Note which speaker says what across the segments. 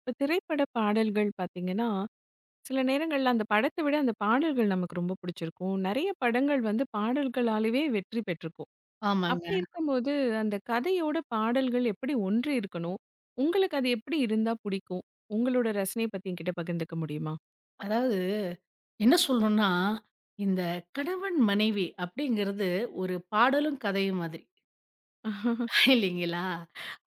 Speaker 1: இப்ப திரைப்பட பாடல்கள் பார்த்தீங்கன்னா, சில நேரங்கள்ல அந்த படத்த விட அந்த பாடல்கள் நமக்கு ரொம்ப பிடிச்சிருக்கும். நெறைய படங்கள் வந்து பாடல்களாலவே வெற்றி பெற்றிருக்கும். அப்படி
Speaker 2: ஆமாங்க.
Speaker 1: இருக்கும்போது, அந்த கதையோட பாடல்கள் எப்படி ஒன்றி இருக்கணும்? உங்களுக்கு அது எப்படி இருந்தா பிடிக்கும்? உங்களோட ரசனைய பத்தி என்கிட்ட பகிர்ந்துக்க முடியுமா?
Speaker 2: அதாவது என்ன சொல்லணும்னா, இந்த கணவன், மனைவி அப்படிங்கிறது ஒரு பாடலும் கதையும் மாதிரி. இல்லைங்களா?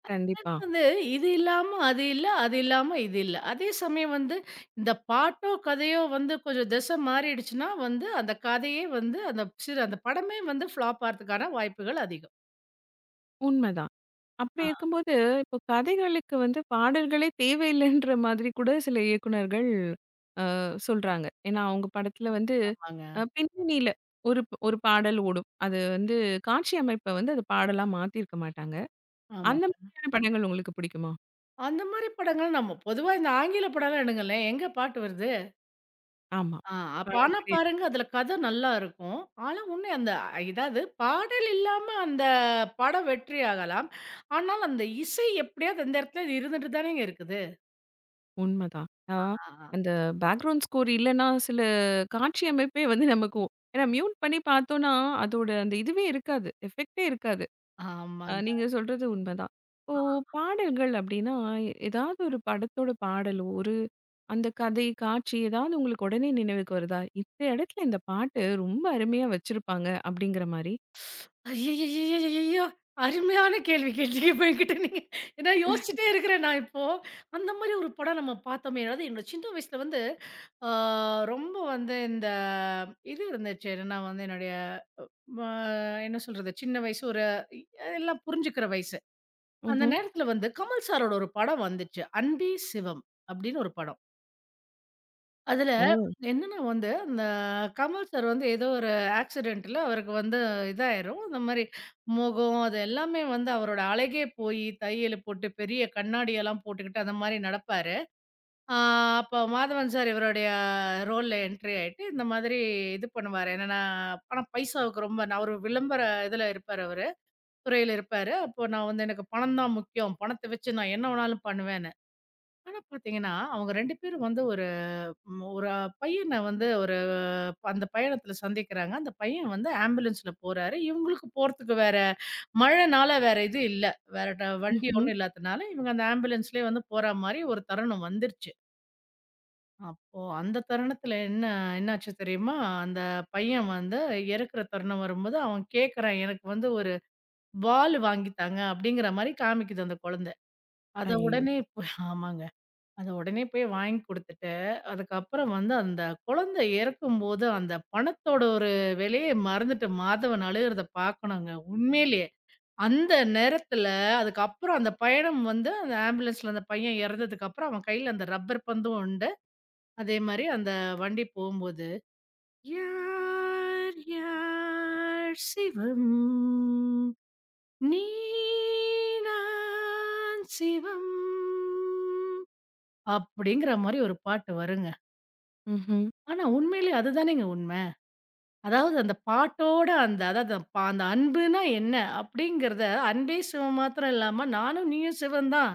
Speaker 1: கண்டிப்பா.
Speaker 2: வந்து இது இல்லாம அது இல்ல, அது இல்லாம இது இல்ல. அதே சமயம் வந்து இந்த பாட்டோ, கதையோ வந்து கொஞ்சம் திசை மாறிடுச்சுன்னா வந்து அந்த கதையே வந்து அந்த சிறு அந்த படமே வந்து ஃப்ளாப் ஆறதுக்கான வாய்ப்புகள் அதிகம்.
Speaker 1: உண்மதான். அப்படி இருக்கும்போது, இப்போ கதைகளுக்கு வந்து பாடல்களே தேவையில்லைன்ற மாதிரி கூட சில இயக்குனர்கள் சொல்றாங்க. ஏன்னா, அவங்க படத்துல வந்து
Speaker 2: ஆமாங்க,
Speaker 1: பின்னணியில ஒரு ஒரு பாடல் ஓடும். அது வந்து காட்சி அமைப்ப வந்து அது பாடலா மாத்தியிருக்க மாட்டாங்க. அந்த
Speaker 2: ஆமாங்க.
Speaker 1: மாதிரியான படங்கள் உங்களுக்கு பிடிக்குமா?
Speaker 2: அந்த மாரி படங்கள் நம்ம பொதுவா இந்த ஆங்கில படம்லாம் எடுங்களேன், எங்க பாட்டு வருது?
Speaker 1: ஆமா.
Speaker 2: ஆ அப்ப ஆனா
Speaker 1: பழக்கமே
Speaker 2: பாருங்க, அதுல கதை நல்லா இருக்கும். ஆனா உன்னே அந்த இதாவது பாடல் இல்லாம அந்த படம் வெற்றி ஆகலாம். ஆனால் அந்த இசை எப்படியாவது அந்த இடத்துல அது இருந்துட்டு தானேங்க இருக்குது.
Speaker 1: உண்மதான். ஆ
Speaker 2: ஆ, ஆ.
Speaker 1: அந்த பேக்ரவுண்ட் ஸ்கோர் இல்லன்னா, சில காட்சி அமைப்பே வந்து நமக்கு ஏன்னா மியூட் பண்ணி பார்த்தோம்னா, அதோட அந்த இதுவே இருக்காது. எஃபெக்ட்டே இருக்காது.
Speaker 2: ஆமாங்க.
Speaker 1: நீங்க சொல்றது உண்மைதான். இப்போ பாடல்கள் அப்படின்னா, ஏதாவது ஒரு படத்தோட பாடலோ, ஒரு அந்த கதை, காட்சி ஏதாவது உங்களுக்கு உடனே நினைவுக்கு வருதா? இந்த இடத்துல இந்த பாட்டு ரொம்ப அருமையா வச்சிருப்பாங்க அப்படிங்கிற மாரி?
Speaker 2: ஐய்யய்யய்யய்யய்யோ! அருமையான கேள்வி கேட்டீங்க இப்ப என்கிட்ட நீங்க. ஏன்னா யோசிச்சுட்டே இருக்கிறேன் நான் இப்போ. அந்த மாரி ஒரு படம் நம்ம பார்த்தோமே! அதாவது என்னோட சின்ன வயசுல வந்து ஆ ரொம்ப வந்து இந்த இது இருந்துச்சு. நான் வந்து என்னுடைய ம என்ன சொல்றது? சின்ன வயசு ஒரு எல்லாம் புரிஞ்சுக்கிற வயசு. அந்த
Speaker 1: ம்ஹ்ம்.
Speaker 2: நேரத்துல வந்து கமல் சாரோட ஒரு படம் வந்துச்சு. "அன்பே சிவம்" அப்படின்னு ஒரு படம். அதுல
Speaker 1: ஓ!
Speaker 2: என்னன்னா வந்து, அந்த கமல் சார் வந்து ஏதோ ஒரு ஆக்சிடென்ட்ல அவருக்கு வந்து இதாயிரும். இந்த மாரி முகம் அது எல்லாமே வந்து அவரோட அழகே போயி தையலு போட்டு, பெரிய கண்ணாடியெல்லாம் போட்டுக்கிட்டு அந்த மாரி நடப்பாரு. ஆ அப்ப மாதவன் சார் இவருடைய ரோல்ல என்ட்ரி ஆயிட்டு, இந்த மாதிரி இது பண்ணுவாரு. என்னன்னா, ஆனா பைசாவுக்கு ரொம்ப நான் ஒரு விளம்பர இதுல இருப்பாரு அவரு. துறையில இருப்பாரு. அப்போ நான் வந்து எனக்கு பணம் தான் முக்கியம். பணத்த வச்சு நான் என்ன வேணாலும் பண்ணுவேன்னு. ஆனா பார்த்தீங்கன்னா, அவங்க 2 பேரும் வந்து ஒரு ஒரு பையன வந்து ஒரு அந்த பயணத்தில சந்திக்கிறாங்க. அந்த பையன் வந்து ஆம்புலன்ஸ்ல போறாரு. இவங்களுக்கு போறதுக்கு வேற மழைனால வேற இது இல்ல. வேற வண்டி
Speaker 1: ம்ஹ்ம்.
Speaker 2: ஒண்ணும் இல்லாதனால இவங்க அந்த ஆம்புலன்ஸ்லயே வந்து போற மாரி ஒரு தருணம் வந்துருச்சு. அப்போ அந்த தருணத்தில என்ன என்னாச்சு தெரியுமா? அந்த பையன் வந்து இறக்குற தருணம் வரும்போது அவன் கேட்கறான், "எனக்கு வந்து ஒரு பால் வாங்கி தாங்க அப்படிங்கிற மாரி காமிக்குது அந்த குழந்தை. அத
Speaker 1: ஐயய்யோ!
Speaker 2: உடனே போய் ஆமாங்க. அத உடனே போய் வாங்கி குடுத்துட்டு, அதுக்கப்புறம் வந்து அந்த குழந்தை இறக்கும்போது, அந்த பணத்தோட ஒரு விலைய மறந்துட்டு மாதவன் அழுகுறத பார்க்கணுங்க. உண்மையிலேயே. அந்த நேரத்துல அதுக்கப்புறம் அந்த பயணம் வந்து அந்த ஆம்புலன்ஸ்ல அந்த பையன் இறந்ததுக்கப்புறம் அவன் கையில அந்த ரப்பர் பந்தும் உண்டு. அதே மாரி அந்த வண்டி போம்போது, யார் யார் சிவம்? நீ நான் சிவம் அப்படிங்கிற மாரி ஒரு பாட்டு வருங்க.
Speaker 1: ம்ஹ்ம்.
Speaker 2: ஆனா உண்மையிலே அதுதானேங்க உண்ம. அதாவது அந்த பாட்டோட அந்த அதாவது அந்த அந்த அன்புனா என்ன? அப்படிங்கிறத அன்பே சிவம் மாத்திரம் இல்லாம நானும் நீயும் சிவன் தான்.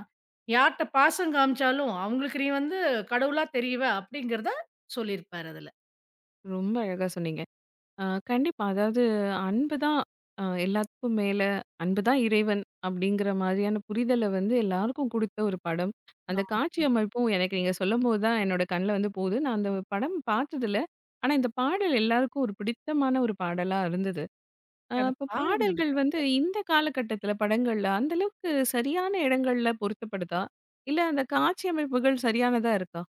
Speaker 2: யார்ட்ட பாசம் காமிச்சாலும் அவங்களுக்கு நீ வந்து கடவுளா தெரிவ அப்படிங்கிறத சொல்லியிருப்பாரு அதுல.
Speaker 1: ரொம்ப அழகா சொன்னீங்க. ஆ கண்டிப்பா. அதாவது அன்பு தான் எல்லாத்துக்கும் மேல, அன்பு தான் இறைவன் அப்படிங்கிற மாதிரியான புரிதல வந்து எல்லாருக்கும் குடுத்த ஒரு படம். அந்த
Speaker 2: ஆமா.
Speaker 1: காட்சி அமைப்பும் எனக்கு நீங்க சொல்லும்போது தான் என்னோட கண்ல வந்து போகுது. நான் அந்த படம் பார்த்ததில்ல. ஆனா இந்த பாடல் எல்லாருக்கும் ஒரு பிடித்தமான ஒரு பாடலா இருந்தது.
Speaker 2: அத
Speaker 1: இப்ப
Speaker 2: பாருங்க.
Speaker 1: பாடல்கள் வந்து இந்த காலகட்டத்தில படங்கள்ல அந்த அளவுக்கு சரியான இடங்கள்ல பொருத்தப்படுதா? இல்ல அந்த காட்சி அமைப்புகள் சரியானதா இருக்கா?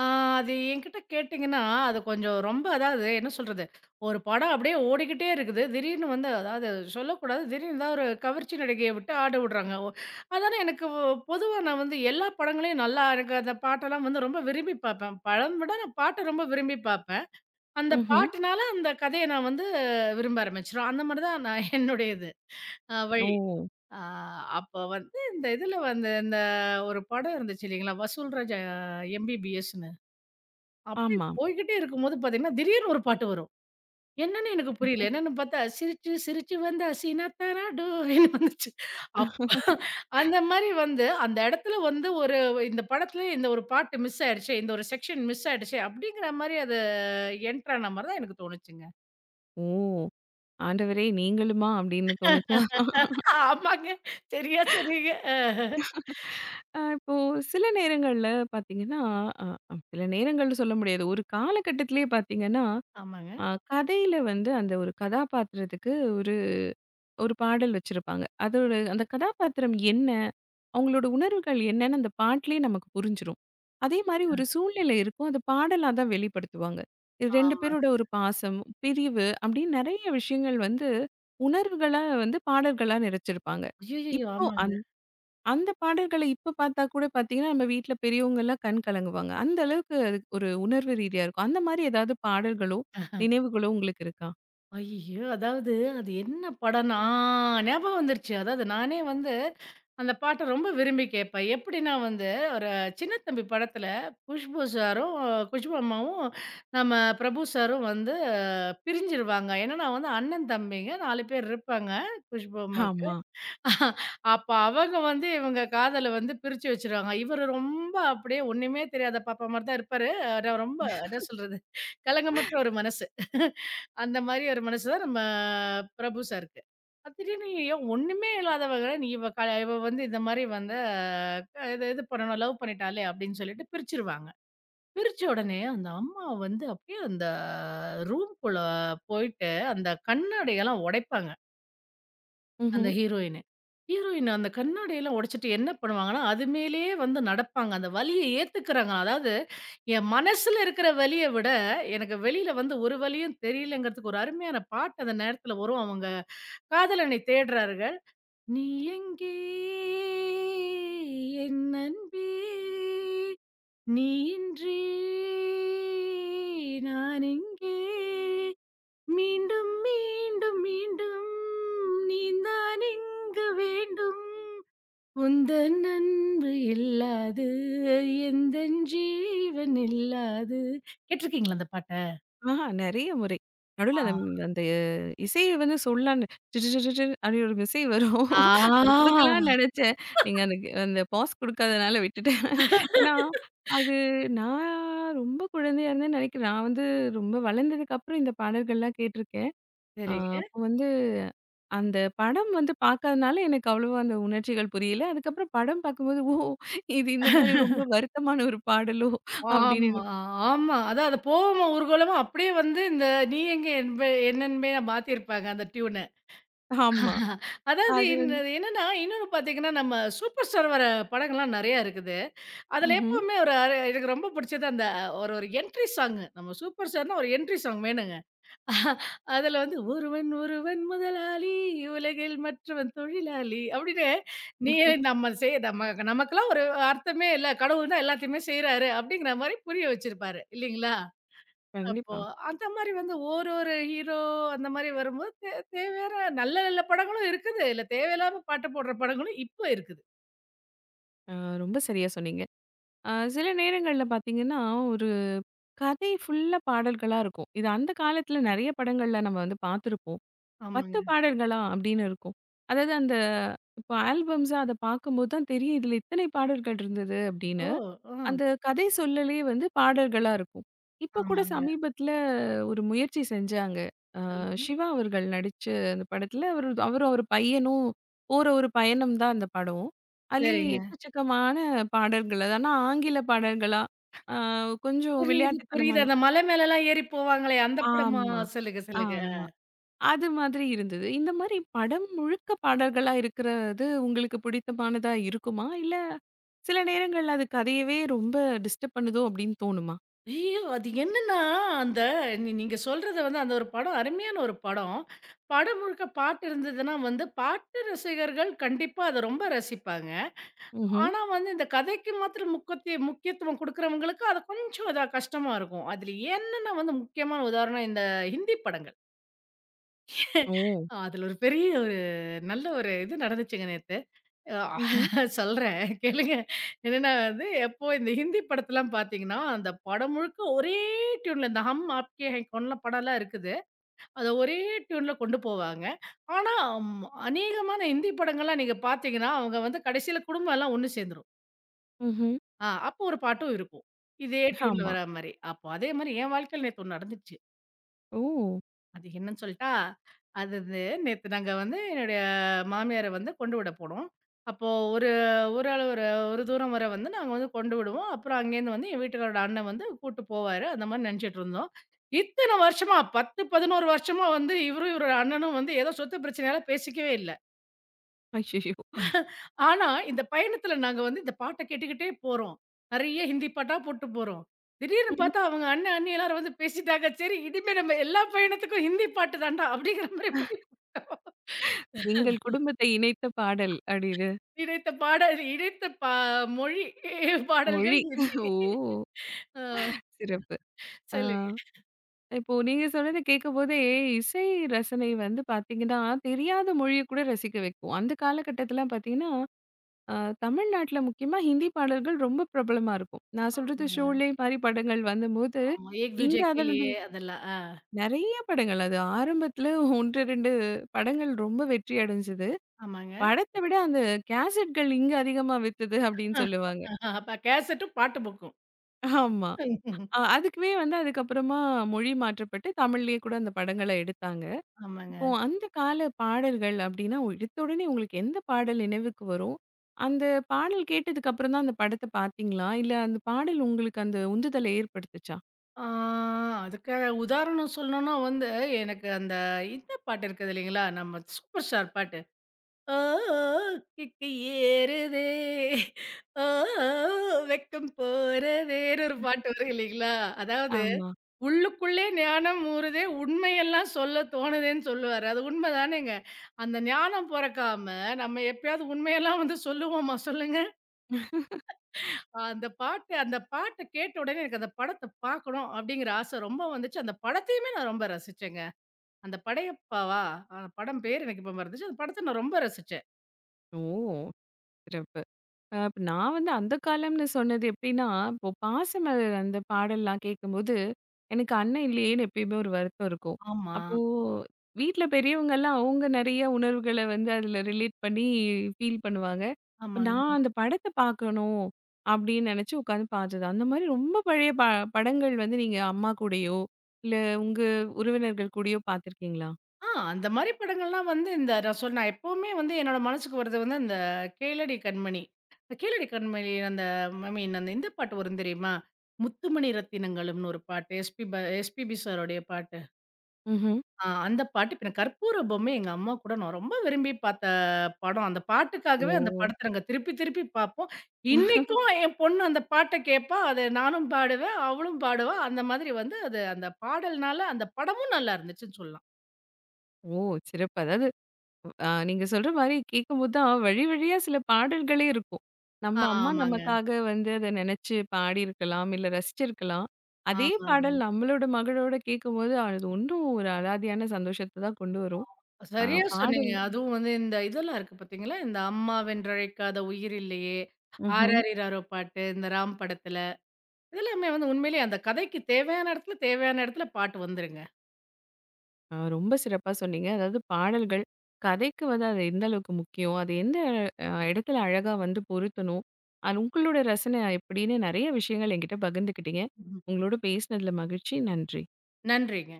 Speaker 2: ஆ, அது என்கிட்ட கேட்டீங்கன்னா, அது கொஞ்சம் ரொம்ப அதாவது என்ன சொல்றது? ஒரு படம் அப்படியே ஓடிக்கிட்டே இருக்குது. திடீர்னு வந்து அதாவது சொல்லக்கூடாது. திடீர்னு ஏதாவது ஒரு கவர்ச்சி நடிகைய விட்டு ஆட விடுறாங்க. அதனால எனக்கு பொதுவா நான் வந்து எல்லா படங்களையும் நல்லா எனக்கு அந்த பாட்டெல்லாம் வந்து ரொம்ப விரும்பி பார்ப்பேன். படம் விட நான் பாட்ட ரொம்ப விரும்பி பார்ப்பேன். அந்த
Speaker 1: ம்ஹ்ம்.
Speaker 2: பாட்டுனால அந்த கதைய நான் வந்து விரும்ப ஆரம்பிச்சுருவேன். அந்த மாரி தான் நான் என்னுடைய இது
Speaker 1: ஓ!
Speaker 2: வழி. ஆ அப்போ வந்து இந்த இதுல வந்து இந்த ஒரு படம் இருந்துச்சு இல்லைங்களா? வசூல்ராஜ் எம்பிபிஎஸ் அப்படியே
Speaker 1: ஆமா.
Speaker 2: போய்க்கிட்டே இருக்கும்போது பார்த்தீங்கன்னா, திடீர்னு ஒரு பாட்டு வரும். என்னன்னு எனக்கு புரியல. என்னன்னு பார்த்தா, சிரிச்சு சிரிச்சு வந்தா சீனாத்தானா டோன்னு வந்துச்சு. அப்ப அந்த மாரி வந்து, அந்த இடத்துல வந்து ஒரு இந்த படத்துல இந்த ஒரு பாட்டு மிஸ் ஆயிடுச்சே, இந்த ஒரு செக்ஷன் மிஸ் ஆயிடுச்சே அப்படிங்கிற மாரி அது என்டர் ஆன மாரி தான் எனக்கு தோணுச்சுங்க.
Speaker 1: ஓ! ஆண்டவரே நீங்களுமா அப்படின்னு தோணுச்சா?
Speaker 2: ஆமாங்க. சரியா சொன்னீங்க.
Speaker 1: இப்போ சில நேரங்கள்ல பார்த்தீங்கன்னா, அ சில நேரங்கள்னு சொல்ல முடியாது. ஒரு காலகட்டத்திலேயே பார்த்தீங்கன்னா,
Speaker 2: ஆமாங்க.
Speaker 1: கதையில வந்து அந்த ஒரு கதாபாத்திரத்துக்கு ஒரு ஒரு பாடல் வச்சிருப்பாங்க. அதோட அந்த கதாபாத்திரம் என்ன? அவங்களோட உணர்வுகள் என்னன்னு அந்த பாட்டுலேயே நமக்கு புரிஞ்சிரும். அதே மாரி ஒரு சூழ்நிலை இருக்கும். அது பாடலா தான் வெளிப்படுத்துவாங்க. 2
Speaker 2: ஆமாங்க.
Speaker 1: பேரோட ஒரு பாசம், பிரிவு அப்படின்னு நெறைய விஷயங்கள் வந்து உணர்வுகளா வந்து பாடல்களா நிறைச்சிருப்பாங்க.
Speaker 2: ஐய்யய்யோ!
Speaker 1: இப்போ
Speaker 2: ஆமாங்க.
Speaker 1: அந்த பாடல்கள இப்ப பார்த்தா கூட பார்த்தீங்கன்னா, நம்ம வீட்ல பெரியவங்கலாம் கண் கலங்குவாங்க. அந்த அளவுக்கு அது ஒரு உணர்வு ரீதியா இருக்கும். அந்த மாரி ஏதாவது பாடல்களோ, நினைவுகளோ உங்களுக்கு இருக்கா?
Speaker 2: ஐயய்யோ! அதாவது அது என்ன படம்னா ஆ ஞாபகம் வந்துருச்சு. அதாவது நானே வந்து அந்த பாட்ட ரொம்ப விரும்பி கேட்பேன். எப்படின்னா வந்து ஒரு சின்ன தம்பி படத்துல குஷ்பு சாரும், குஷ்பு அம்மாவும், நம்ம பிரபு சாரும் வந்து பிரிஞ்சிருவாங்க. ஏன்னா நான் வந்து அண்ணன், தம்பிங்க 4 பேர் இருப்பாங்க குஷ்பு அம்மாக்கு.
Speaker 1: ஆமா.
Speaker 2: அப்ப அவங்க வந்து இவங்க காதல வந்து பிரிச்சு வச்சுருவாங்க. இவரு ரொம்ப அப்படியே ஒண்ணுமே தெரியாத பாப்பா மாரி தான் இருப்பாரு. ஆனா ரொம்ப என்ன சொல்றது? கலங்கமற்ற ஒரு மனசு. அந்த மாரி ஒரு மனசு தான் நம்ம பிரபு சாருக்கு. அது திடீர்னு ஏன் ஒண்ணுமே இல்லாதவங்கள நீ இவ இவ வந்து இந்த மாரி வந்து இது இது பண்ணணும் லவ் பண்ணிட்டாளே அப்படின்னு சொல்லிட்டு பிரிச்சுருவாங்க. பிரிச்ச உடனே அந்த அம்மா வந்து அப்படியே அந்த ரூம்குள்ள போயிட்டு அந்த கண்ணாடியெல்லாம் உடைப்பாங்க. அந்த
Speaker 1: ம்ஹ்ம்.
Speaker 2: ஹீரோயினு. ஹீரோயின் அந்த கண்ணாடியெல்லாம் உடைச்சுட்டு என்ன பண்ணுவாங்கன்னா, அது மேலேயே வந்து நடப்பாங்க. அந்த வலிய ஏத்துக்கிறாங்க. அதாவது என் மனசுல இருக்கிற வலிய விட, எனக்கு வெளியில வந்து ஒரு வலியும் தெரியலங்கிறதுக்கு ஒரு அருமையான பாட்டு அந்த நேரத்துல வரும். அவங்க காதலனை தேடுறாருங்க. நீ எங்கே என் அன்பே! நீ இன்றி நான் எங்கே? மீண்டும் மீண்டும் மீண்டும் நீதான் இங்கு வேண்டும் உந்தன் அன்பு இல்லாது எந்தன் ஜீவன் இல்லாது கேட்டிருக்கீங்களா அந்த பாட்ட?
Speaker 1: ஆஹா நெறைய முறை. நடுவுல
Speaker 2: ஆ.
Speaker 1: அந்த அந்த இசைய வந்து சொல்லான்னு "டிடிடிடிடி" அப்டின்னு ஒரு இசை வரும். அது
Speaker 2: ஆ.
Speaker 1: குடுக்கலான்னு நெனச்சேன். நீங்க அந்த அந்த பாஸ் குடுக்காதனால விட்டுட்டேன். ஏன்னா, அது நான் ரொம்ப குழந்தையா இருந்தேன்னு நெனைக்கிறேன். நான் வந்து ரொம்ப வளர்ந்ததுக்கப்புறம் இந்த பாடல்கள்லாம் கேட்டுருக்கேன். ஆ
Speaker 2: சரிங்க.
Speaker 1: அப்போ வந்து அந்த படம் வந்து பார்க்காதனால எனக்கு அவ்வளவா அந்த உணர்ச்சிகள் புரியல. அதுக்கப்புறம் படம் பார்க்கும்போது, ஓ! இது இந்த மாரி ரொம்ப வருத்தமான ஒரு பாடலோ! அப்படின்னு
Speaker 2: ஆமா,
Speaker 1: எனக்கு
Speaker 2: ஆமா. அதான் அது போகமா ஊர்கோலமா அப்படியே வந்து இந்த "நீ எங்கே என்பே என்னென்பே" மாத்திருப்பாங்க அந்த டியூன.
Speaker 1: ஆமா.
Speaker 2: அதாவது
Speaker 1: அது வந்து
Speaker 2: என்ன என்னன்னா, இன்னொன்னு பார்த்தீங்கன்னா, நம்ம சூப்பர் ஸ்டார் வர படங்கள்லாம் நெறையா இருக்குது. அதுல
Speaker 1: ம்ஹ்ம்.
Speaker 2: எப்பவுமே ஒரு அர எனக்கு ரொம்ப பிடிச்சது அந்த ஒரு ஒரு என்ட்ரி சாங்கு. நம்ம சூப்பர் ஸ்டார்னா ஒரு என்ட்ரி சாங் வேணுங்க. அதுல வந்து "ஒருவன் ஒருவன் முதலாளி, உலகில் மற்றவன் தொழிலாளி" அப்படின்னு நீ நம்ம செய் நம்ம நமக்கெல்லாம் ஒரு அர்த்தமே இல்ல. கடவுள் தான் எல்லாத்தையுமே செய்றாரு அப்படிங்கிற மாரி புரிய வச்சிருப்பாரு இல்லைங்களா? அப்போ
Speaker 1: கண்டிப்பா.
Speaker 2: அந்த மாரி வந்து ஒரு ஒரு ஹீரோ அந்த மாரி வரும்போது தேவையான நல்ல நல்ல படங்களும் இருக்குது. இல்ல தேவையில்லாம பாட்டு போடுற படங்களும் இப்போ இருக்குது.
Speaker 1: அ ரொம்ப சரியா சொன்னீங்க. சில நேரங்கள்ல பார்த்தீங்கன்னா, ஒரு கதை ஃபுல்லா பாடல்களா இருக்கும். இது அந்த காலத்தில நெறைய படங்கள்ல நம்ம வந்து பார்த்துருப்போம். 10
Speaker 2: ஆமாங்க.
Speaker 1: பாடல்களா அப்படின்னு இருக்கும். அதாவது அந்த இப்போ ஆல்பம்ஸா அத பார்க்கும்போது தான் தெரியும், இதில இத்தனை பாடல்கள் இருந்தது
Speaker 2: ஓ!
Speaker 1: அப்படின்னு.
Speaker 2: ஆ.
Speaker 1: அந்த கதை சொல்லலே வந்து பாடல்களா இருக்கும். இப்ப கூட
Speaker 2: ஆமாங்க.
Speaker 1: சமீபத்தில ஒரு முயற்சி செஞ்சாங்க. அ
Speaker 2: சொல்லுங்க.
Speaker 1: சிவா அவர்கள் நடிச்ச அந்த படத்தில அவரும் ஒரு பையனும் போற ஒரு பயணம் தான் அந்த படம். அதுலயே
Speaker 2: சரிங்க.
Speaker 1: எக்கச்சக்கமான பாடல்கள். அது ஆனா ஆங்கில பாடல்களா, அ கொஞ்சம்
Speaker 2: புரியுது, புரியுது.
Speaker 1: விளையாட்டுத்தனமான
Speaker 2: அந்த மலை மேலலாம் ஏறி போவாங்களே! அந்த படமா?
Speaker 1: ஆமா,
Speaker 2: சொல்லுங்க, சொல்லுங்க.
Speaker 1: ஆமா. அது மாதிரி இருந்தது. இந்த மாரி படம் முழுக்க பாடல்களா இருக்கிறது உங்களுக்கு பிடித்தமானதா இருக்குமா? இல்ல சில நேரங்கள்ல அது கதையவே ரொம்ப டிஸ்டர்ப் பண்ணுதோ! அப்படின்னு தோணுமா?
Speaker 2: ஐயோ! அது என்னன்னா, அந்த நீங்க சொல்றது வந்து அந்த ஒரு படம் அருமையான ஒரு படம். படம் முழுக்க பாட்டு இருந்ததுன்னா வந்து, பாட்டு ரசிகர்கள் கண்டிப்பா அத ரொம்ப ரசிப்பாங்க.
Speaker 1: ம்ஹ்ம்.
Speaker 2: ஆனா வந்து இந்த கதைக்கு மாத்திரம் முக்கியத்துவம் குடுக்குறவங்களுக்கு, அது கொஞ்சம் இதா கஷ்டமா இருக்கும். அதுல என்னன்னா வந்து முக்கியமான உதாரணம் இந்த ஹிந்தி படங்கள்.
Speaker 1: ஓ!
Speaker 2: அதுல ஒரு பெரிய ஒரு நல்ல ஒரு இது நடந்துச்சுங்க நேத்து. அ
Speaker 1: ம்ஹ்ம்,
Speaker 2: சொல்றேன் கேளுங்க. என்னன்னா வந்து, எப்போ இந்த ஹிந்தி படத்தலாம் பார்த்தீங்கன்னா, அந்த படம் முழுக்க ஒரே டியூன்ல இந்த "ஹம் ஆப்கே ஹை கவுன்லாம்" படம்லாம் இருக்குது. அத ஒரே டியூன்ல கொண்டு போவாங்க. ஆனா, ம் அநேகமான ஹிந்தி படங்கள்லாம் நீங்க பார்த்தீங்கன்னா, அவங்க வந்து கடைசியில குடும்பம் எல்லாம் ஒண்ணு சேர்ந்துரும்.
Speaker 1: ம்ஹ்ம்.
Speaker 2: ஆ அப்போ ஒரு பாட்டும் இருக்கும். இதே டியூன்ல
Speaker 1: ஆமா.
Speaker 2: வரா மாரி. அப்போ அதே மாரி என் வாழ்க்கையில நேத்து ஒண்ணு நடந்துச்சு.
Speaker 1: ஓ!
Speaker 2: அது என்னன்னு சொல்ட்டா, அது இது நேத்து நாங்க வந்து என்னுடைய மாமியார வந்து கொண்டு விட போனோம். அப்போ ஒரு ஒரு அளவு ஒரு ஒரு தூரம் வர வந்து நாங்க வந்து கொண்டு விடுவோம். அப்புறம் அங்கேருந்து வந்து என் வீட்டுக்காரோட அண்ணன் வந்து கூட்டு போவாரு. அந்த மாரி நெனச்சுட்டுருந்தோம். இத்தன வருஷமா 10, 11 வருஷமா வந்து இவரும், இவரோட அண்ணனும் வந்து ஏதோ சொத்து பிரச்சனையால பேசிக்கவே இல்ல.
Speaker 1: அய்யய்யோ!
Speaker 2: ஆனா, இந்த பயணத்துல நாங்க வந்து இந்த பாட்ட கேட்டுக்கிட்டே போறோம். நெறைய ஹிந்தி பாட்டா போட்டு போறோம். திடீர்னு
Speaker 1: ம்ஹ்ம்.
Speaker 2: பார்த்தா அவங்க அண்ணன், அண்ணி எல்லாரும் வந்து பேசிட்டாங்க. சரி இனிமே நம்ம எல்லா பயணத்துக்கும் ஹிந்தி பாட்டு தான்டா அப்படிங்கிற மாரி முடிவு பண்ணிட்டோம்.
Speaker 1: எங்கள் குடும்பத்தை இணைத்த பாடல் அப்படின்னு.
Speaker 2: இணைத்த பாடல் இணைத்த பா மொழி
Speaker 1: மொழி.
Speaker 2: பாடல்கள் ஹிந்தி.
Speaker 1: ஓ!
Speaker 2: ஆ
Speaker 1: சிறப்பு. ஆ.
Speaker 2: சொல்லுங்க.
Speaker 1: இப்போ நீங்க சொன்னத கேட்கும்போதே, இசை ரசனை வந்து பார்த்தீங்கன்னா, தெரியாத மொழிய கூட ரசிக்க வைக்கும். அந்த காலகட்டத்திலலாம் பார்த்தீங்கன்னா, அ தமிழ்நாட்டுல முக்கியமா ஹிந்தி பாடல்கள் ரொம்ப பிரபலமா இருக்கும். நான் சொல்றது
Speaker 2: ஆமாங்க.
Speaker 1: ஷோலே மாரி படங்கள் வந்தம்போது,
Speaker 2: ஆமா. "ஏக்
Speaker 1: இங்க
Speaker 2: தூஜே கே
Speaker 1: அதனுடைய
Speaker 2: லியே" அதெல்லாம். ஆ
Speaker 1: நெறைய படங்கள் அது ஆரம்பத்தில 1, 2 படங்கள் ரொம்ப வெற்றி அடைஞ்சது.
Speaker 2: ஆமாங்க.
Speaker 1: படத்த விட அந்த கேசட்கள் இங்க அதிகமா வித்தது அப்டின்னு
Speaker 2: ஆஹ்
Speaker 1: சொல்லுவாங்க.
Speaker 2: அப்ப கேசட்டும், பாட்டு புக்கும்.
Speaker 1: ஆமா. அதுக்குமே வந்து அதுக்கப்புறமா மொழி மாற்றப்பட்டு தமிழ்லயே கூட அந்த படங்கள எடுத்தாங்க.
Speaker 2: ஆமாங்க.
Speaker 1: இப்போ அந்த கால பாடல்கள் அப்டின்னா, எடுத்த உடனே உங்களுக்கு எந்த பாடல் நினைவுக்கு வரும்? அந்த பாடல் கேட்டதுக்கு அப்புறம் தான் அந்த படத்த பார்த்தீங்களா? இல்ல அந்த பாடல் உங்களுக்கு அந்த உந்துதல ஏற்படுத்துச்சா?
Speaker 2: ஆ அதுக்கு உதாரணம் சொல்லணும்னா வந்து, எனக்கு அந்த இந்த பாட்டு இருக்குது இல்லைங்களா? நம்ம சூப்பர் ஸ்டார் பாட்டு. "ஓ ஓ கிக்கு ஏறுதே, ஓ ஓ வெக்கம் போறதேன்னு" ஒரு பாட்டு வரும் இல்லைங்களா? அதாவது
Speaker 1: ஆமா.
Speaker 2: உள்ளுக்குள்ளே ஞானம் ஊறுதே, உண்மையெல்லாம் சொல்ல தோணுதேன்னு சொல்லுவாரு. அது உண்ம தானேங்க. அந்த ஞானம் பொறக்காம, நம்ம எப்பயாவது உண்மையெல்லாம் வந்து சொல்லுவோமா சொல்லுங்க? அந்த பாட்டு அந்த பாட்ட கேட்ட உடனே எனக்கு அந்த படத்த பார்க்கணும் அப்படிங்கிற ஆசை ரொம்ப வந்துச்சு. அந்த படத்தையுமே நான் ரொம்ப ரசிச்சேங்க. அந்த படையப்பாவா? அந்த படம் பேரு எனக்கு இப்ப மறந்துச்சு. அந்த படத்த நான் ரொம்ப ரசிச்சேன்.
Speaker 1: ஓ! சிறப்பு. இப்ப நான் வந்து அந்த காலம்னு சொன்னது எப்படின்னா, இப்போ பாசமலர் அந்த பாடல்லாம் கேட்கும்போது, எனக்கு அண்ணன் இல்லையேன்னு எப்பயுமே ஒரு வருத்தம் இருக்கும்.
Speaker 2: ஆமா.
Speaker 1: அப்போ வீட்ல பெரியவங்கலாம் அவங்க நெறைய உணர்வுகள வந்து அதில ரிலேட் பண்ணி ஃபீல் பண்ணுவாங்க. இப்ப
Speaker 2: ஆமாங்க.
Speaker 1: நான் அந்த படத்த பார்க்கணும் அப்படின்னு நெனச்சு உட்காந்து பார்த்தது. அந்த மாரி ரொம்ப பழைய படங்கள் வந்து நீங்க அம்மா கூடயோ, இல்ல உங்க உறவினர்கள் கூடயோ பார்த்துருக்கீங்களா?
Speaker 2: ஆ அந்த மாரி படங்கள்லாம் வந்து இந்த நான் நான் எப்பவுமே வந்து என்னோட மனசுக்கு வரது வந்து அந்த கேளடி கண்மணி. இந்த கேளடி கண்மணி அந்த ஐ மீன் அந்த இந்த பாட்டு வரும் தெரியுமா? முத்துமணி ரத்தினங்களும்னு ஒரு பாட்டு. எஸ்பிபி சாருடைய பாட்டு.
Speaker 1: ம்ஹ்ம்.
Speaker 2: ஆ அந்த பாட்டு இப்ப எனக்கு கற்பூர பொம்மை எங்க அம்மா கூட நான் ரொம்ப விரும்பி பார்த்த படம். அந்த பாட்டுக்காகவே அந்த
Speaker 1: ஓ!
Speaker 2: படத்த நாங்க திருப்பி திருப்பி பார்ப்போம். இன்னைக்கும் என் பொண்ணு அந்த பாட்ட கேட்பா. அத நானும் பாடுவேன், அவளும் பாடுவா. அந்த மாதிரி வந்து அது அந்த பாடல்னால அந்த படமும் நல்லா இருந்துச்சுன்னு சொல்லலாம்.
Speaker 1: ஓ! சிறப்பு. அதாவது ஆ நீங்க சொல்ற மாரி கேட்கும்போது தான், வழி வழியா சில பாடல்களே இருக்கும். நம்ம அம்மா
Speaker 2: ஆமாங்க,
Speaker 1: நமக்காக வந்து அத நெனச்சு பாடியிருக்கலாம், இல்ல ரசிச்சிருக்கலாம். அதே
Speaker 2: ஆமாங்க.
Speaker 1: பாடல் நம்மளோட மகளோட கேட்கும்போது, அது இன்னும் ஒரு அலாதியான சந்தோஷத்த தான் கொண்டு வரும். ஆ
Speaker 2: சரியா சொன்னீங்க.
Speaker 1: பாடல்
Speaker 2: அதுவும் வந்து இந்த இதெல்லாம் இருக்கு பார்த்தீங்களா? இந்த அம்மா வென்றழைக்காத உயிர் இல்லையே,
Speaker 1: ம்ஹ்ம்.
Speaker 2: ஆர்.ஆர். இராரோ பாட்டு, இந்த ராம் படத்துல, இதெல்லாமே வந்து உண்மையிலேயே அந்த கதைக்கு தேவையான இடத்துல, தேவையான இடத்துல பாட்டு வந்துருங்க.
Speaker 1: ரொம்ப சிறப்பா சொன்னீங்க. அதாவது பாடல்கள், கதைக்கு வந்து அது எந்த அளவுக்கு முக்கியம், அது எந்த இடத்துல அழகா வந்து பொருத்தணும், அது உங்களோட ரசனை எப்படின்னு நெறைய விஷயங்கள் என்கிட்ட பகிர்ந்துக்கிட்டீங்க.
Speaker 2: ம்.
Speaker 1: உங்களோட பேசினதுல மகிழ்ச்சி. நன்றி.
Speaker 2: நன்றிங்க.